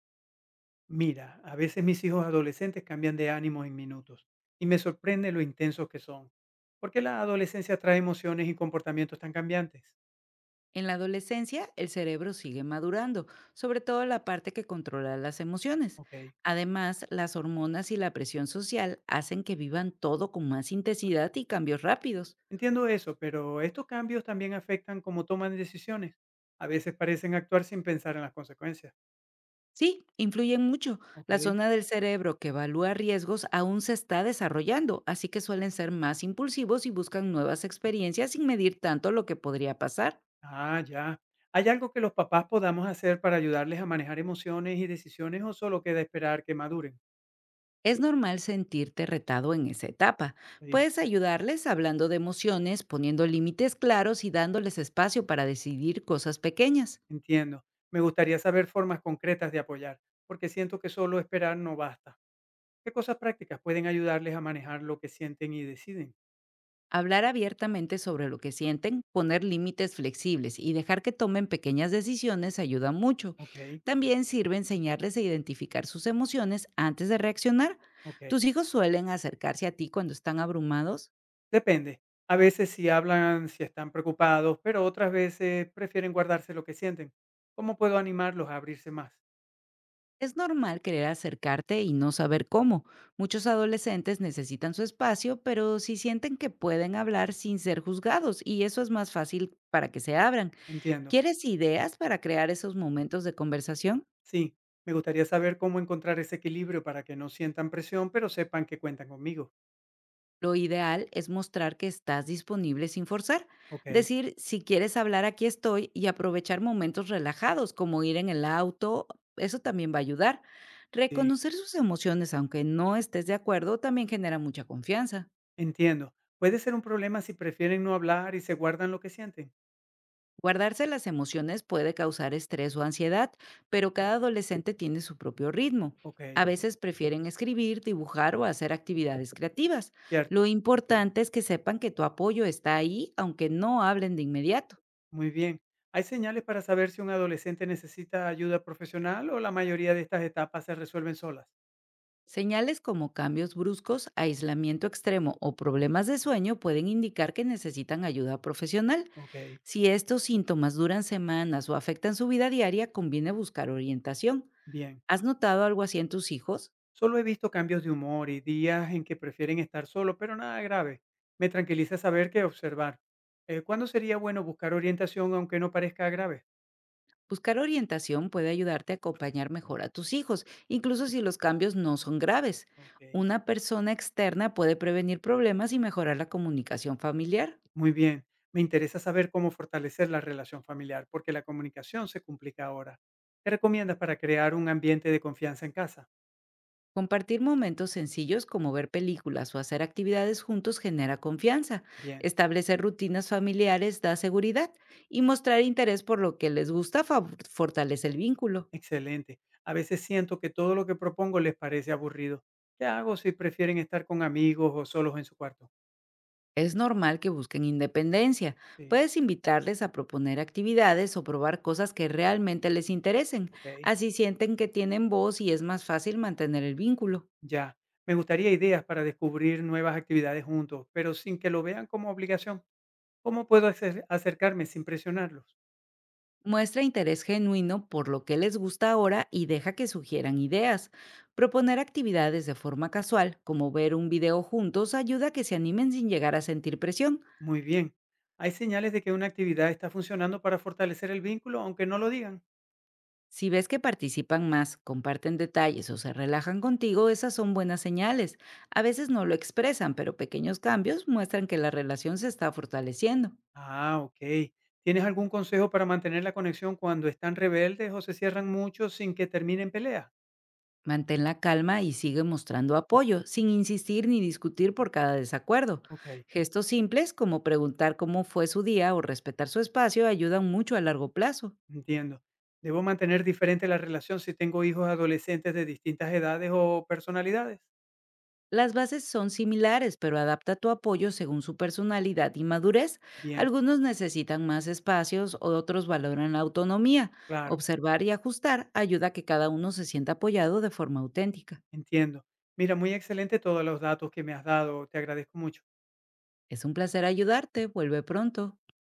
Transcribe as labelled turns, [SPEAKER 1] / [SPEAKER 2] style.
[SPEAKER 1] Mira, a veces mis hijos adolescentes cambian de ánimo en minutos y me sorprende lo intensos que son. ¿Por qué la adolescencia trae emociones y comportamientos tan cambiantes?
[SPEAKER 2] En la adolescencia, el cerebro sigue madurando, sobre todo la parte que controla las emociones.
[SPEAKER 1] Ok,
[SPEAKER 2] Además, las hormonas y la presión social hacen que vivan todo con más intensidad y cambios rápidos.
[SPEAKER 1] entiendo eso, pero estos cambios también afectan cómo toman decisiones. A veces parecen actuar sin pensar en las consecuencias.
[SPEAKER 2] Sí, influyen mucho.
[SPEAKER 1] Ok,
[SPEAKER 2] La zona del cerebro que evalúa riesgos aún se está desarrollando, así que suelen ser más impulsivos y buscan nuevas experiencias sin medir tanto lo que podría pasar.
[SPEAKER 1] ah, ya. ¿Hay algo que los papás podamos hacer para ayudarles a manejar emociones y decisiones o solo queda esperar que maduren?
[SPEAKER 2] Es normal sentirte retado en esa etapa.
[SPEAKER 1] Sí,
[SPEAKER 2] Puedes ayudarles hablando de emociones, poniendo límites claros y dándoles espacio para decidir cosas pequeñas.
[SPEAKER 1] entiendo. Me gustaría saber formas concretas de apoyar, porque siento que solo esperar no basta. ¿Qué cosas prácticas pueden ayudarles a manejar lo que sienten y deciden?
[SPEAKER 2] Hablar abiertamente sobre lo que sienten, poner límites flexibles y dejar que tomen pequeñas decisiones ayuda mucho.
[SPEAKER 1] Ok,
[SPEAKER 2] También sirve enseñarles a identificar sus emociones antes de reaccionar.
[SPEAKER 1] ok.
[SPEAKER 2] ¿Tus hijos suelen acercarse a ti cuando están abrumados?
[SPEAKER 1] Depende. A veces si hablan, si están preocupados, pero otras veces prefieren guardarse lo que sienten. ¿Cómo puedo animarlos a abrirse más?
[SPEAKER 2] Es normal querer acercarte y no saber cómo. Muchos adolescentes necesitan su espacio, pero sí sienten que pueden hablar sin ser juzgados y eso es más fácil para que se abran.
[SPEAKER 1] Entiendo.
[SPEAKER 2] ¿Quieres ideas para crear esos momentos de conversación?
[SPEAKER 1] Sí, me gustaría saber cómo encontrar ese equilibrio para que no sientan presión, pero sepan que cuentan conmigo.
[SPEAKER 2] Lo ideal es mostrar que estás disponible sin forzar.
[SPEAKER 1] Ok,
[SPEAKER 2] Decir, si quieres hablar, aquí estoy y aprovechar momentos relajados como ir en el auto, eso también va a ayudar.
[SPEAKER 1] sí,
[SPEAKER 2] Reconocer sus emociones, aunque no estés de acuerdo, también genera mucha confianza.
[SPEAKER 1] entiendo. Puede ser un problema si prefieren no hablar y se guardan lo que sienten.
[SPEAKER 2] Guardarse las emociones puede causar estrés o ansiedad, pero cada adolescente tiene su propio ritmo.
[SPEAKER 1] Ok,
[SPEAKER 2] A veces prefieren escribir, dibujar o hacer actividades creativas.
[SPEAKER 1] cierto.
[SPEAKER 2] Lo importante es que sepan que tu apoyo está ahí, aunque no hablen de inmediato.
[SPEAKER 1] Muy bien. ¿Hay señales para saber si un adolescente necesita ayuda profesional o la mayoría de estas etapas se resuelven solas?
[SPEAKER 2] Señales como cambios bruscos, aislamiento extremo o problemas de sueño pueden indicar que necesitan ayuda profesional.
[SPEAKER 1] Ok,
[SPEAKER 2] Si estos síntomas duran semanas o afectan su vida diaria, conviene buscar orientación.
[SPEAKER 1] bien.
[SPEAKER 2] ¿Has notado algo así en tus hijos?
[SPEAKER 1] Solo he visto cambios de humor y días en que prefieren estar solo, pero nada grave. Me tranquiliza saber que observar. ¿Cuándo sería bueno buscar orientación aunque no parezca grave?
[SPEAKER 2] Buscar orientación puede ayudarte a acompañar mejor a tus hijos, incluso si los cambios no son graves.
[SPEAKER 1] Ok,
[SPEAKER 2] Una persona externa puede prevenir problemas y mejorar la comunicación familiar.
[SPEAKER 1] muy bien. Me interesa saber cómo fortalecer la relación familiar, porque la comunicación se complica ahora. ¿Qué recomiendas para crear un ambiente de confianza en casa?
[SPEAKER 2] Compartir momentos sencillos como ver películas o hacer actividades juntos genera confianza.
[SPEAKER 1] Bien.
[SPEAKER 2] Establecer rutinas familiares da seguridad y mostrar interés por lo que les gusta fortalece el vínculo.
[SPEAKER 1] Excelente. A veces siento que todo lo que propongo les parece aburrido. ¿Qué hago si prefieren estar con amigos o solos en su cuarto?
[SPEAKER 2] Es normal que busquen independencia.
[SPEAKER 1] Sí,
[SPEAKER 2] Puedes invitarles a proponer actividades o probar cosas que realmente les interesen.
[SPEAKER 1] ok,
[SPEAKER 2] Así sienten que tienen voz y es más fácil mantener el vínculo.
[SPEAKER 1] ya. Me gustaría ideas para descubrir nuevas actividades juntos, pero sin que lo vean como obligación. ¿Cómo puedo acercarme sin presionarlos?
[SPEAKER 2] Muestra interés genuino por lo que les gusta ahora y deja que sugieran ideas. Proponer actividades de forma casual, como ver un video juntos, ayuda a que se animen sin llegar a sentir presión.
[SPEAKER 1] Muy bien. Hay señales de que una actividad está funcionando para fortalecer el vínculo, aunque no lo digan.
[SPEAKER 2] Si ves que participan más, comparten detalles o se relajan contigo, esas son buenas señales. A veces no lo expresan, pero pequeños cambios muestran que la relación se está fortaleciendo.
[SPEAKER 1] Ah, ok. ¿Tienes algún consejo para mantener la conexión cuando están rebeldes o se cierran mucho sin que terminen peleas?
[SPEAKER 2] Mantén la calma y sigue mostrando apoyo, sin insistir ni discutir por cada desacuerdo.
[SPEAKER 1] Ok.
[SPEAKER 2] Gestos simples como preguntar cómo fue su día o respetar su espacio ayudan mucho a largo plazo.
[SPEAKER 1] Entiendo. ¿Debo mantener diferente la relación si tengo hijos adolescentes de distintas edades o personalidades?
[SPEAKER 2] Las bases son similares, pero adapta tu apoyo según su personalidad y madurez.
[SPEAKER 1] Bien,
[SPEAKER 2] Algunos necesitan más espacios, otros valoran la autonomía.
[SPEAKER 1] claro,
[SPEAKER 2] Observar y ajustar ayuda a que cada uno se sienta apoyado de forma auténtica.
[SPEAKER 1] entiendo. Mira, muy excelente todos los datos que me has dado. Te agradezco mucho.
[SPEAKER 2] Es un placer ayudarte. Vuelve pronto.